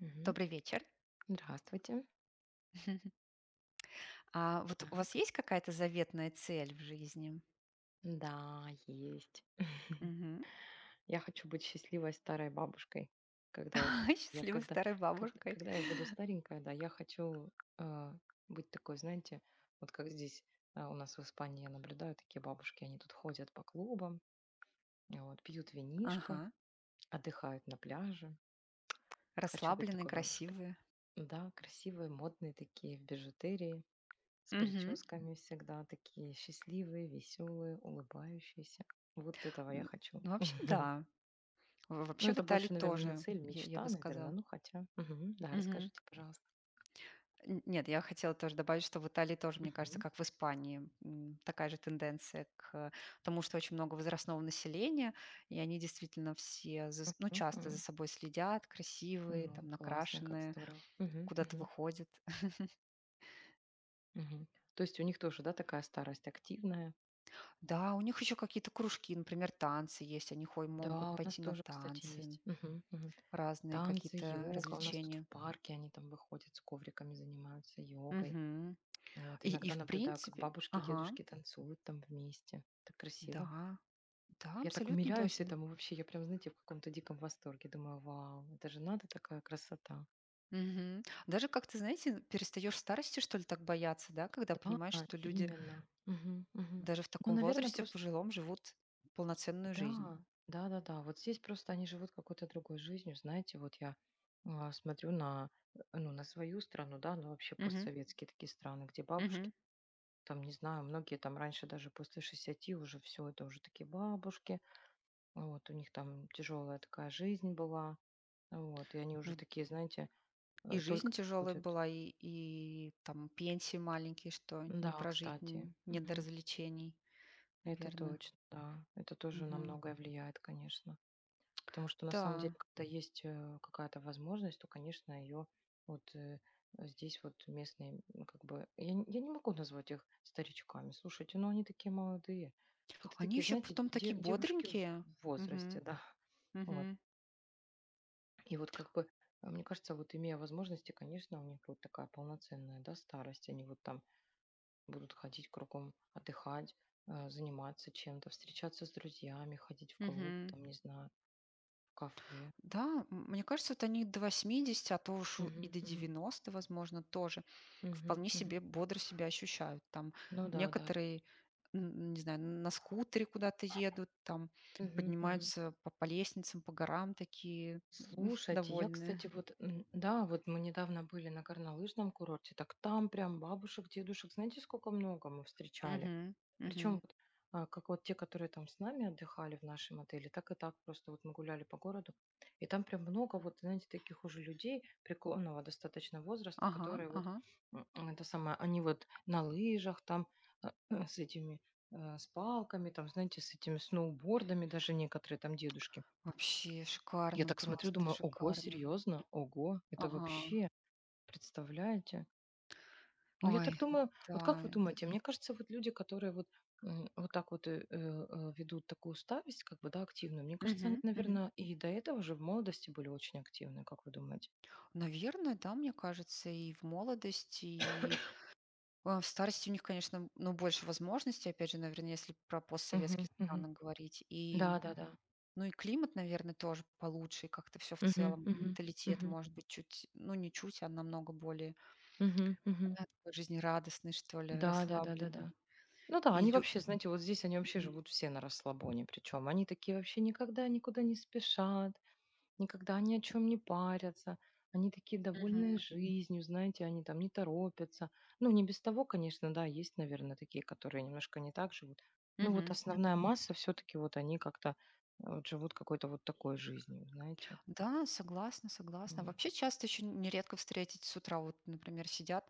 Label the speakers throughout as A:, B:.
A: Мгм.
B: Добрый вечер.
A: Здравствуйте.
B: А вот у вас
A: Так.
B: есть какая-то заветная цель в жизни?
A: Да, есть.
B: Мгм.
A: Я хочу быть счастливой старой бабушкой. Когда я, хо- я
B: Счастливой
A: когда,
B: старой
A: ког-
B: бабушкой.
A: когда, я буду старенькая, да, я хочу а, быть такой, знаете, вот как здесь у нас в Испании я наблюдаю такие бабушки, они тут ходят по клубам, а вот, пьют винишко,
B: Ага.
A: отдыхают на пляже. Хочу быть
B: Расслабленной,
A: такой бабушкой.
B: красивые.
A: Да, красивые, модные такие, в бижутерии. С
B: Мгм.
A: прическами всегда такие счастливые, веселые, улыбающиеся. Вот этого я
B: Н-
A: хочу.
B: Ну, вообще, да.
A: Ну,
B: Вообще в
A: это
B: Италии
A: больше, наверное, не
B: тоже,
A: цель,
B: я
A: мечта,
B: бы
A: наверное,
B: сказала.
A: ну хотя. Мгм. Да,
B: Мгм.
A: расскажите, пожалуйста.
B: Нет, я хотела тоже добавить, что в Италии тоже, мне кажется,
A: Мгм.
B: как в Испании, такая же тенденция к тому, что очень много возрастного населения, и они действительно все, ну,
A: Мгм,
B: часто за
A: м.
B: собой следят, красивые, там,
A: Ну, классно, как
B: накрашенные,
A: здорово. Мгм,
B: куда-то
A: мгм,
B: выходят.
A: мгм. То есть у них тоже, да, такая старость активная?
B: Да, у них еще какие-то кружки, например, танцы есть. Они хой могут
A: Да, у нас
B: пойти на
A: тоже, кстати,
B: танцы,
A: есть. Мгм, мгм.
B: разные
A: Танцы,
B: какие-то
A: йога. У нас тут в
B: развлечения.
A: парке они там выходят с ковриками, занимаются йогой.
B: Мгм.
A: Вот,
B: И
A: иногда
B: в
A: наблюдаю, как
B: принципе.
A: бабушки и
B: Ага.
A: дедушки танцуют там вместе. Так красиво.
B: Да, да,
A: Я так
B: абсолютно
A: умиляюсь
B: точно.
A: этому вообще. Я прям, знаете, в каком-то диком восторге. Думаю, вау, это же надо такая красота.
B: Мгм. Даже как ты знаете, перестаешь старости, что ли, так бояться, да, когда понимаешь,
A: Да,
B: что люди
A: именно. Мгм, мгм.
B: даже в
A: Ну,
B: таком
A: наверное,
B: возрасте, в
A: просто...
B: пожилом, живут полноценную жизнь.
A: Да, да, да, да. Вот здесь просто они живут какой-то другой жизнью. Знаете, вот я смотрю на свою страну, да, ну, вообще
B: Мгм.
A: постсоветские такие страны, где бабушки,
B: Мгм.
A: там, не знаю, многие там раньше даже после 60 уже все, это уже такие бабушки. Вот, у них там тяжелая такая жизнь была. Вот, и они уже
B: Ну,
A: такие, знаете,
B: и
A: только
B: жизнь тяжелая
A: ходят.
B: была, и там пенсии маленькие, что не
A: Да,
B: прожить,
A: кстати.
B: не до
A: Мгм.
B: развлечений,
A: Это
B: наверное.
A: точно, да. Это тоже на
B: Мгм.
A: многое влияет, конечно. Потому что на самом
B: Да.
A: деле, когда есть какая-то возможность, то, конечно, ее вот здесь вот местные, как бы, я не могу назвать их старичками. Слушайте, ну они такие молодые. Это
B: Они
A: такие,
B: еще
A: знаете,
B: потом
A: де-
B: такие
A: девушки
B: бодренькие.
A: в возрасте,
B: Мгм.
A: да. Вот.
B: Мгм.
A: И вот как бы, мне кажется, вот имея возможности, конечно, у них будет такая полноценная, да, старость. Они вот там будут ходить кругом, отдыхать, заниматься чем-то, встречаться с друзьями, ходить в клуб,
B: Мгм.
A: там, не знаю, в кафе.
B: Да, мне кажется, вот они до 80, а то уж и
A: Мгм,
B: до
A: мгм,
B: 90, возможно, тоже
A: мгм,
B: вполне себе
A: мгм.
B: бодро себя ощущают. Там
A: Ну да, да.
B: некоторые, не знаю, на скутере куда-то едут, там
A: Мгм, мгм.
B: поднимаются по лестницам, по горам такие
A: Слушайте, я,
B: довольные.
A: кстати, вот, да, вот мы недавно были на горнолыжном курорте, так там прям бабушек, дедушек, знаете, сколько много мы встречали?
B: Мгм,
A: Причем
B: мгм.
A: вот, как вот те, которые там с нами отдыхали в нашем отеле, так и так просто вот мы гуляли по городу, и там прям много вот, знаете, таких уже людей преклонного достаточно возраста,
B: Ага,
A: которые вот,
B: ага.
A: это самое, они вот на лыжах там а, с этими с палками, там, знаете, с этими сноубордами, даже некоторые там дедушки.
B: Вообще
A: Я
B: шикарно
A: так смотрю,
B: просто,
A: думаю, ого,
B: шикарно.
A: серьезно, ого, это
B: Ага.
A: вообще, представляете? Ну, я так
B: Ой,
A: думаю, вот
B: да.
A: как вы думаете, мне кажется, вот люди, которые вот, вот так вот ведут такую старость, как бы, да, активную, мне кажется, они,
B: Мгм, мгм.
A: наверное, и до этого же в молодости были очень активны, как вы думаете?
B: Наверное, да, мне кажется, и в молодости, и а, в старости у них, конечно, ну, больше возможностей, опять же, наверное, если про
A: Мгм,
B: постсоветские
A: мгм.
B: страны говорить. И,
A: Да, да, да.
B: ну, и климат, наверное, тоже получше, и как-то все в
A: Мгм,
B: целом.
A: мгм,
B: Менталитет,
A: мгм,
B: может быть, чуть, ну, не чуть, а намного более
A: мгм, мгм.
B: такой жизнерадостный, что ли,
A: Да, да, да, да,
B: расслабленный.
A: да. Ну да,
B: И
A: они
B: лю-
A: вообще, знаете, вот здесь они вообще
B: Мгм.
A: живут все на расслабоне, причем они такие вообще никогда никуда не спешат, никогда ни о чем не парятся. Они такие довольные
B: Мгм.
A: жизнью, знаете, они там не торопятся. Ну, не без того, конечно, да, есть, наверное, такие, которые немножко не так живут. Ну, вот
B: Мгм.
A: основная
B: Мгм.
A: масса все-таки вот они как-то вот живут какой-то вот такой жизнью, знаете.
B: Да, согласна, согласна.
A: Вот.
B: Вообще часто еще нередко встретить с утра, вот, например, сидят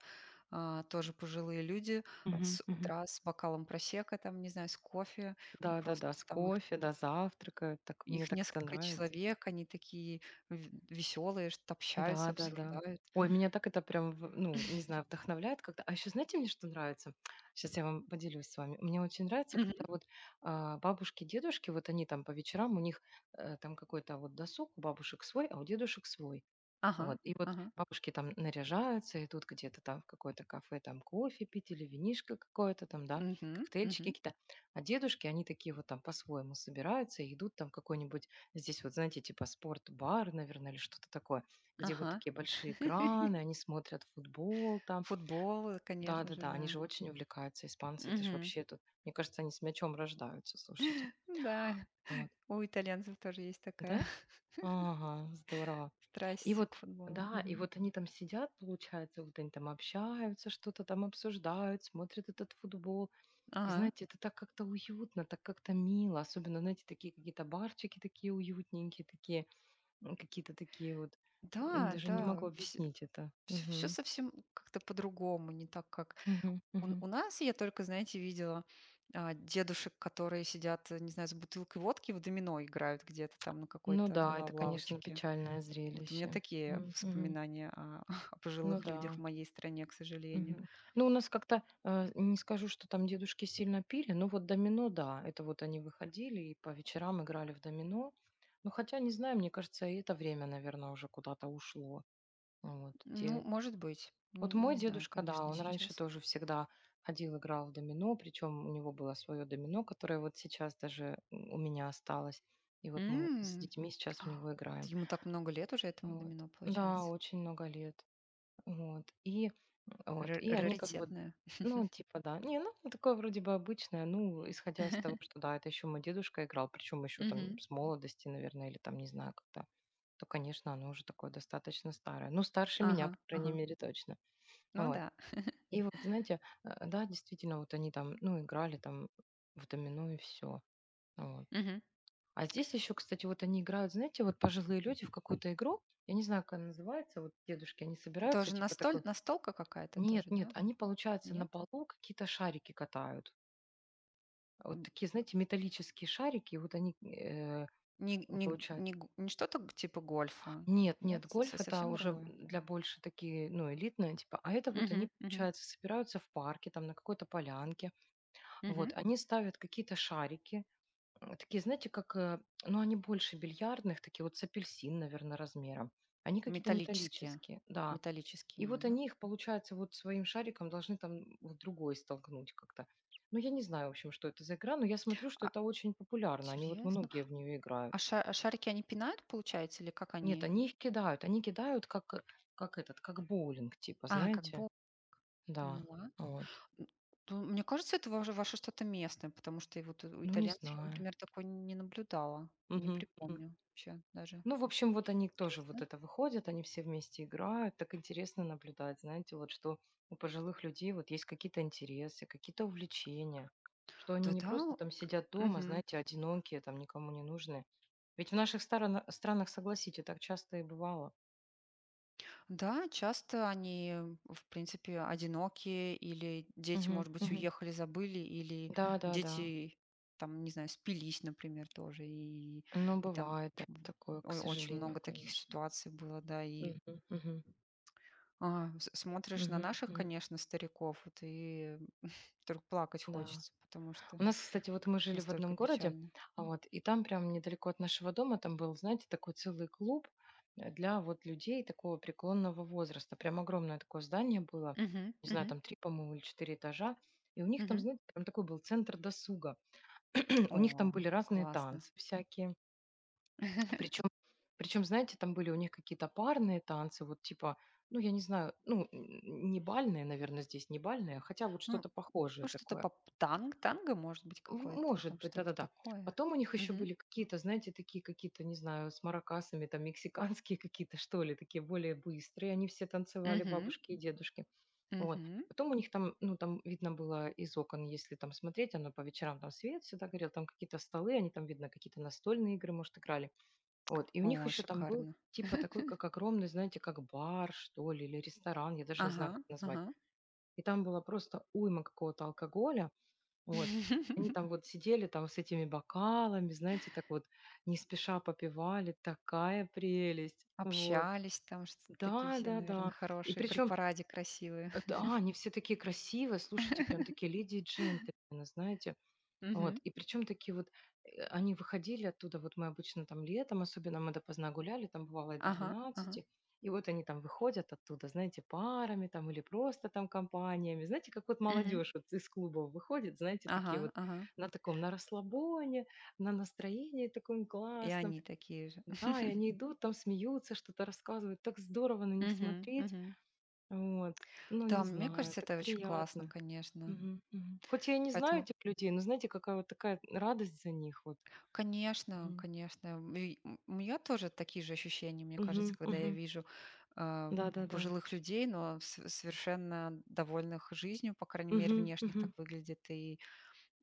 B: тоже пожилые люди
A: Мгм,
B: с
A: мгм.
B: утра с бокалом просека, там, не знаю, с кофе,
A: Да, да,
B: просто
A: да, с
B: там их.
A: кофе, да, завтракают. Так мне
B: Их
A: так это
B: несколько
A: нравится.
B: человек, они такие веселые, что общаются,
A: Да, да, да.
B: обсуждают.
A: Ой, меня так это прям, ну, не знаю, вдохновляет как-то. А еще знаете, мне что нравится? Сейчас я вам поделюсь с вами. Мне очень нравится,
B: Мгм.
A: когда вот бабушки, дедушки, вот они там по вечерам, у них там какой-то вот досуг, у бабушек свой, а у дедушек свой.
B: Ага,
A: Вот. И вот
B: ага.
A: бабушки там наряжаются, идут где-то там в какое-то кафе, там кофе пить или винишко какое-то там, да,
B: Мгм,
A: коктейльчики
B: мгм.
A: какие-то. А дедушки, они такие вот там по-своему собираются и идут там в какой-нибудь, здесь вот, знаете, типа спорт-бар, наверное, или что-то такое, где вот
B: Ага.
A: такие большие экраны, они смотрят футбол там.
B: Футбол, конечно же,
A: Да-да-да, они
B: да.
A: же очень увлекаются, испанцы, это же
B: Мгм.
A: вообще тут, мне кажется, они с мячом рождаются, слушайте.
B: Да,
A: Вот.
B: у итальянцев тоже есть такая
A: Да? Ага, здорово. И
B: страсть к
A: вот,
B: футболу.
A: да, и
B: Мгм.
A: вот они там сидят, получается, вот они там общаются, что-то там обсуждают, смотрят этот футбол. И
B: Ага.
A: знаете, это так как-то уютно, так как-то мило. Особенно, знаете, такие какие-то барчики такие уютненькие, такие, какие-то такие вот.
B: Да,
A: Даже не могу
B: да, все
A: объяснить это.
B: всё
A: Мгм.
B: совсем как-то по-другому, не так, как.
A: Мгм.
B: У
A: Мгм.
B: у нас я только, знаете, видела, дедушек, которые сидят, не знаю, с бутылкой водки в домино играют где-то там на
A: Ну
B: какой-то
A: да, это, конечно,
B: лавочке.
A: печальное
B: Вот у меня
A: зрелище.
B: такие
A: Мгм. Мгм.
B: воспоминания о о
A: Ну
B: пожилых людях в
A: да.
B: моей стране, к сожалению.
A: Мгм. Ну, у нас как-то, не скажу, что там дедушки сильно пили, но вот домино, да, это вот они выходили и по вечерам играли в домино. Ну, хотя, не знаю, мне кажется, и это время, наверное, уже куда-то ушло. Вот,
B: Ну, может быть.
A: вот
B: Н
A: мой
B: Не знаю,
A: дедушка, да,
B: конечно,
A: он раньше
B: сейчас.
A: тоже всегда ходил, играл в домино, причем у него было свое домино, которое вот сейчас даже у меня осталось. И вот мы с
B: М.
A: детьми сейчас в
B: А,
A: него играем.
B: ему так много лет уже, этому
A: Вот.
B: домино,
A: Да,
B: получается.
A: очень много лет. Вот, и вот,
B: Ра
A: и они как бы,
B: Раритетное.
A: ну, типа, да. Не, ну, такое вроде бы обычное, ну, исходя из того, что, да, это еще мой дедушка играл, причем еще там
B: Мгм.
A: с молодости, наверное, или там, не знаю, когда, то, конечно, оно уже такое достаточно старое. Ну, старше меня,
B: Ага,
A: по крайней
B: ага.
A: мере, точно.
B: Ну
A: Вот.
B: да.
A: И вот, знаете, да, действительно, вот они там, ну, играли там в домино и все. Вот.
B: Мгм.
A: А здесь еще, кстати, вот они играют, знаете, вот пожилые люди в какую-то игру, я не знаю, как она называется, вот дедушки, они собираются,
B: Тоже
A: типа
B: настоль
A: такой.
B: Настолка какая-то
A: Нет,
B: тоже,
A: нет,
B: да?
A: они, получается, на
B: Нет?
A: полу какие-то шарики катают. Вот такие, знаете, металлические шарики, вот они,
B: Не не Не,
A: получается.
B: г не что-то г типа гольфа?
A: Нет,
B: Нет,
A: нет,
B: со
A: гольф это
B: совсем
A: уже
B: другое?
A: для больше такие, ну, элитные, типа. А это вот они,
B: Мгм, мгм,
A: получается, собираются в парке, там, на какой-то полянке.
B: мгм.
A: Вот, они ставят какие-то шарики, такие, знаете, как, ну, они больше бильярдных, такие вот с апельсин, наверное, размером. Они какие-то
B: Металлические.
A: металлические, да.
B: Металлические
A: И вот
B: именно, да?
A: они их, получается, вот своим шариком должны там другой столкнуть как-то. Ну, я не знаю, в общем, что это за игра, но я смотрю, что
B: А,
A: это очень популярно. Они вот
B: интересно.
A: многие в нее
B: А
A: играют.
B: ша А шарики, они пинают, получается, или как
A: Нет,
B: они?
A: они их кидают. Они кидают как этот, как боулинг, типа,
B: А, как
A: знаете?
B: бо
A: Да,
B: поняла.
A: вот.
B: М, ну, мне кажется, это ваше что-то местное, потому что и вот у
A: Ну, не
B: итальянцев я,
A: знаю.
B: например, такое не наблюдала, не
A: Мгм, мгм.
B: припомню вообще даже.
A: Ну, в общем, вот они тоже вот
B: Интересно.
A: это выходят, они все вместе играют. Так интересно наблюдать, знаете, вот что у пожилых людей вот есть какие-то интересы, какие-то увлечения, что они не просто
B: Да-да.
A: там сидят дома,
B: Мгм.
A: знаете, одинокие, там никому не нужны. Ведь в наших странах, согласитесь, так часто и бывало.
B: Да, часто они, в принципе, одинокие, или дети,
A: Мгм,
B: может быть,
A: мгм.
B: уехали, забыли, или
A: Да, да, да.
B: дети, там, не знаю, спились, например, тоже.
A: Но
B: И там
A: бывает
B: в-
A: такое, к
B: очень
A: сожалению,
B: много таких
A: конечно.
B: ситуаций было, да. И
A: Мгм, мгм,
B: смотришь на
A: мгм,
B: наших,
A: мгм.
B: конечно, стариков, вот, и вдруг плакать
A: Да.
B: хочется, потому что
A: У нас, кстати, вот мы жили в
B: настолько
A: одном городе,
B: печально.
A: а вот, и там прям недалеко от нашего дома, там был, знаете, такой целый клуб для вот людей такого преклонного возраста. Прям огромное такое здание было,
B: Мгм,
A: не знаю,
B: мгм,
A: там три, по-моему, или четыре этажа. И у них там,
B: мгм.
A: знаете, прям такой был центр досуга. У них там
B: О,
A: были разные
B: классно.
A: танцы всякие. Причем, причем, знаете, там были у них какие-то парные танцы, вот типа, ну, я не знаю, ну, не бальные, наверное, здесь не бальные, а хотя вот
B: Ну,
A: что-то
B: ну,
A: похожее
B: что-то
A: такое.
B: по п танг танго, может быть,
A: В
B: какое-то
A: может
B: там,
A: быть,
B: что-то
A: да-да-да.
B: такое.
A: Потом у них еще
B: Мгм.
A: были какие-то, знаете, такие какие-то, не знаю, с маракасами, там, мексиканские какие-то, что ли, такие более быстрые. Они все танцевали,
B: Мгм.
A: бабушки и дедушки. Вот.
B: Мгм.
A: Потом у них там, ну, там видно было из окон, если там смотреть, оно по вечерам там свет всегда горел, там какие-то столы, они там, видно, какие-то настольные игры, может, играли. Вот. И у них
B: О,
A: еще там был
B: шикарно.
A: типа такой, как огромный, знаете, как бар, что ли, или ресторан, я даже не
B: Ага,
A: знаю, как назвать.
B: ага.
A: И там было просто уйма какого-то алкоголя, вот. Они там вот сидели там с этими бокалами, знаете, так вот не спеша попивали. Такая прелесть. Вот.
B: Общались там, что такие все, наверное,
A: Да-да-да. И
B: хорошие, при
A: причем,
B: параде красивые.
A: да, они все такие красивые, слушайте, прям такие леди и джентльмены, знаете. Вот,
B: Мгм.
A: и причем такие вот, они выходили оттуда, вот мы обычно там летом, особенно мы допоздна гуляли, там бывало и до
B: Ага, ага.
A: 12. И вот они там выходят оттуда, знаете, парами там или просто там компаниями, знаете, как вот
B: Мгм.
A: молодежь вот из клубов выходит, знаете,
B: Ага,
A: такие вот
B: ага.
A: на таком, на расслабоне, на настроении таком
B: И
A: классном,
B: они такие же.
A: да, и они идут там, смеются, что-то рассказывают, так здорово на них
B: Мгм,
A: смотреть,
B: мгм.
A: вот, ну,
B: Да,
A: не
B: мне
A: знаю,
B: кажется,
A: так
B: это очень классно,
A: приятно.
B: конечно.
A: Мгм, мгм. Хоть я и не знаю
B: Поэтому
A: этих людей, но знаете, какая вот такая радость за них вот.
B: конечно,
A: Мгм.
B: конечно. И у меня тоже такие же ощущения, мне кажется,
A: Мгм,
B: когда я
A: мгм.
B: вижу а,
A: Да-да-да.
B: пожилых людей, но совершенно довольных жизнью, по крайней мере,
A: Мгм,
B: внешних так
A: мгм.
B: выглядит, и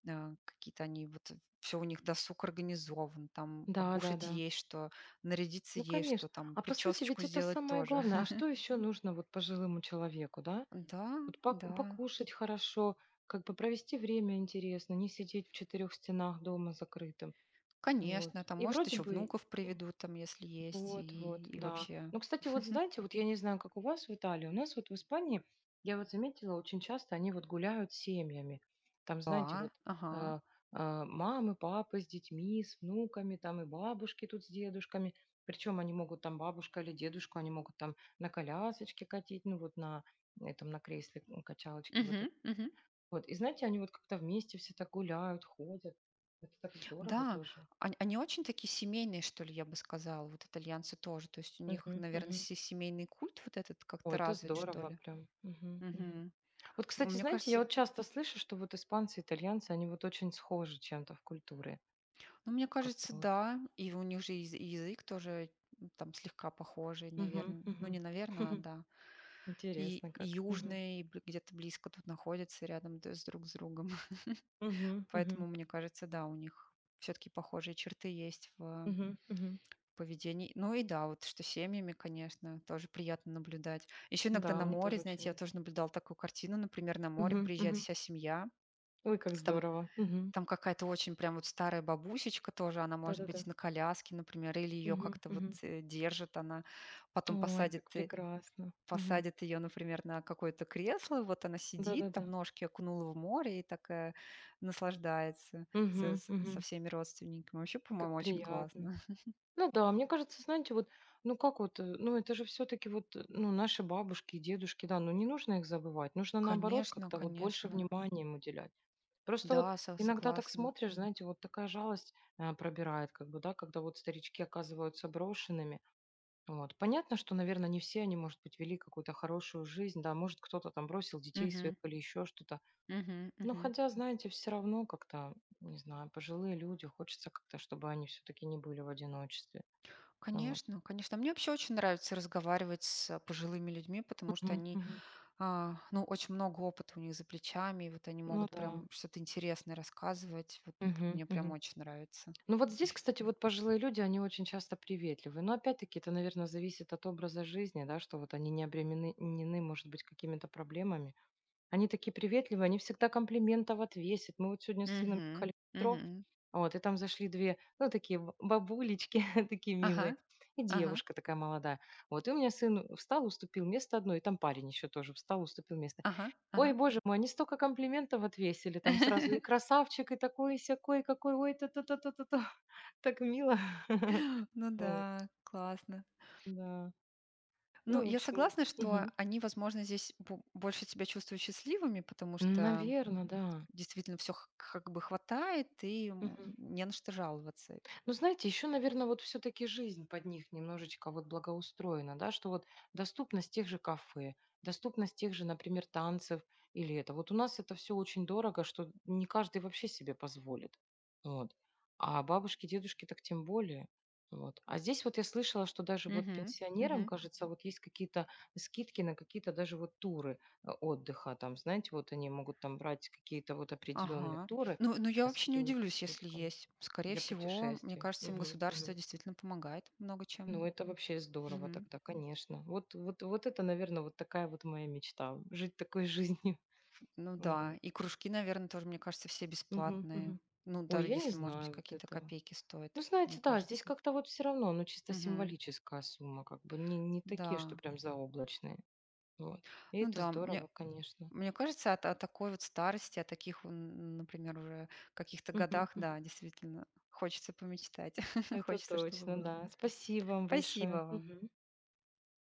B: какие-то они, вот все у них досуг организован, там покушать
A: Да-да-да.
B: есть что, нарядиться
A: Ну,
B: есть что,
A: конечно.
B: там
A: А по сути
B: причесочку
A: ведь это
B: сделать
A: самое
B: тоже.
A: главное. А что еще нужно вот пожилому человеку, да?
B: Да,
A: Вот
B: да,
A: покушать хорошо, как бы провести время интересно, не сидеть в четырех стенах дома закрытым. Вот.
B: конечно, там,
A: И
B: может,
A: вроде
B: еще
A: бы.
B: внуков
A: э,
B: приведут, там, если есть,
A: Вот, вот,
B: и
A: да.
B: вообще.
A: Ну, кстати, вот знаете, вот я не знаю, как у вас в Италии, у нас вот в Испании, я вот заметила, очень часто они вот гуляют с семьями. Там, знаете,
B: Да,
A: вот
B: ага.
A: а, мамы, папы с детьми, с внуками, там и бабушки тут с дедушками. Причем они могут там бабушка или дедушку, они могут там на колясочке катить, ну вот на этом, на кресле качалочке
B: Угу,
A: вот это.
B: угу.
A: Вот, и знаете, они вот как-то вместе все так гуляют, ходят. Это так здорово
B: Да,
A: тоже.
B: он они очень такие семейные, что ли, я бы сказала, вот итальянцы тоже. То есть у них,
A: Мгм,
B: наверное,
A: мгм.
B: се семейный культ вот этот как-то
A: Ой, это
B: развит, что
A: здорово
B: ли.
A: прям. Мгм, мгм.
B: Мгм.
A: Вот, кстати,
B: Мне
A: знаете, я
B: кажется,
A: вот часто слышу, что вот испанцы, итальянцы, они вот очень схожи чем-то в культуре.
B: ну, мне
A: Как-то
B: кажется,
A: вот.
B: да. И у них же и язык тоже, там слегка похожий,
A: Мгм,
B: наверно. Ну, не
A: мгм.
B: наверно, а да. И
A: Интересно
B: и
A: как. Мгм,
B: южный, и б где-то близко тут находятся рядом д с друг с другом.
A: мгм,
B: Поэтому,
A: мгм,
B: мне кажется, да, у них все таки похожие черты есть в
A: мгм, мгм.
B: поведений. Ну и да, вот что семьями, конечно, тоже приятно наблюдать. Еще иногда
A: Да,
B: на
A: мне
B: море,
A: тоже очень
B: знаете, я
A: нравится.
B: тоже наблюдала такую картину, например, на море
A: Мгм,
B: приезжает
A: мгм.
B: вся семья,
A: Ой, как
B: там
A: здорово. Мгм.
B: там какая-то очень прям вот старая бабусечка тоже, она может
A: Да-да-да.
B: быть на коляске, например, или ее
A: Мгм,
B: как-то вот
A: мгм.
B: держит, она потом
A: Ой, как
B: посадит э,
A: прекрасно. Мгм.
B: посадит ее, например, на какое-то кресло, вот она сидит,
A: Да-да-да.
B: там ножки окунула в море и такая наслаждается
A: Мгм,
B: с- со
A: мгм.
B: всеми родственниками. Вообще, по-моему,
A: Как
B: очень
A: приятно.
B: классно.
A: Ну да, мне кажется, знаете, вот, ну как вот, ну это же все-таки вот, ну наши бабушки и дедушки, да, ну не нужно их забывать, нужно наоборот
B: Конечно,
A: как-то вот больше
B: конечно.
A: внимания им уделять. Просто
B: Да,
A: вот
B: со
A: иногда так
B: согласна.
A: смотришь, знаете, вот такая жалость пробирает, как бы, да, когда вот старички оказываются брошенными. Вот. Понятно, что, наверное, не все они, может быть, вели какую-то хорошую жизнь, да, может, кто-то там бросил детей своих
B: Мгм.
A: или еще что-то.
B: Мгм.
A: Но
B: Мгм.
A: хотя, знаете, все равно как-то, не знаю, пожилые люди, хочется как-то, чтобы они все-таки не были в одиночестве. Вот.
B: Конечно, конечно. Мне вообще очень нравится разговаривать с пожилыми людьми, потому что
A: Мгм,
B: они,
A: мгм.
B: ну, очень много опыта у них за плечами, и вот они
A: Ну
B: могут
A: да.
B: прям что-то интересное рассказывать.
A: Мгм,
B: Мне прям
A: мгм.
B: очень нравится.
A: Ну вот здесь, кстати, вот пожилые люди, они очень часто приветливы. Но опять-таки это, наверное, зависит от образа жизни, да, что вот они не обременены, может быть, какими-то проблемами. Они такие приветливые, они всегда комплиментов отвесят. Мы вот сегодня с сыном
B: Мгм.
A: ехали в метро,
B: Мгм.
A: вот, и там зашли две, ну, такие бабулечки, такие
B: Ага.
A: милые, и
B: Ага.
A: девушка такая молодая. Вот, и у меня сын встал, уступил место одной, и там парень еще тоже встал, уступил место.
B: Ага.
A: Ой,
B: Ага.
A: боже мой, они столько комплиментов отвесили, там сразу и красавчик, и такой, и сякой, и какой, ой, та та та та та та Так мило.
B: Ну
A: Вот,
B: да, классно.
A: да.
B: Ну,
A: Ну, в
B: я
A: общем, вот.
B: согласна, что они, возможно, здесь больше себя чувствуют счастливыми, потому что
A: Наверное, да.
B: действительно, все как бы хватает, и, не на что жаловаться.
A: Ну, знаете, еще, наверное, вот все-таки жизнь под них немножечко вот благоустроена, да, что вот доступность тех же кафе, доступность тех же, например, танцев или это. Вот у нас это все очень дорого, что не каждый вообще себе позволит. Вот. А бабушки, дедушки так тем более. Вот. А здесь вот я слышала, что даже вот
B: Мгм,
A: пенсионерам,
B: мгм.
A: кажется, вот есть какие-то скидки на какие-то даже вот туры отдыха. Там, знаете, вот они могут там брать какие-то вот определенные
B: Ага.
A: туры
B: Ну, ну, я
A: с
B: вообще не
A: какими-то
B: удивлюсь, если
A: скидками.
B: есть. Скорее
A: Для
B: всего, мне
A: путешествий.
B: кажется, им
A: Мгм,
B: государство
A: мгм.
B: действительно помогает много чем.
A: Ну, это вообще здорово
B: Мгм.
A: тогда, конечно. Вот это, наверное, вот такая вот моя мечта- жить такой жизнью.
B: Ну
A: М, вот.
B: да, и кружки, наверное тоже, мне кажется, все
A: Мгм,
B: бесплатные.
A: мгм.
B: Ну,
A: Ой,
B: даже
A: я не
B: если, может быть,
A: знаю вот
B: какие-то
A: этого.
B: копейки
A: Ну,
B: стоят, мне
A: знаете, да, здесь
B: кажется.
A: как-то вот все равно, ну, чисто
B: Мгм.
A: символическая сумма, как бы не такие, что
B: Да.
A: прям заоблачные. Вот. И
B: Ну
A: это
B: да, мне
A: здорово, конечно.
B: Мне кажется, от такой вот старости, о таких, например, уже каких-то
A: Мгм,
B: годах,
A: мгм.
B: да, действительно, хочется помечтать.
A: Это
B: Хочется, чтобы
A: точно,
B: было.
A: да. Спасибо вам
B: Спасибо
A: большое.
B: вам.
A: Мгм.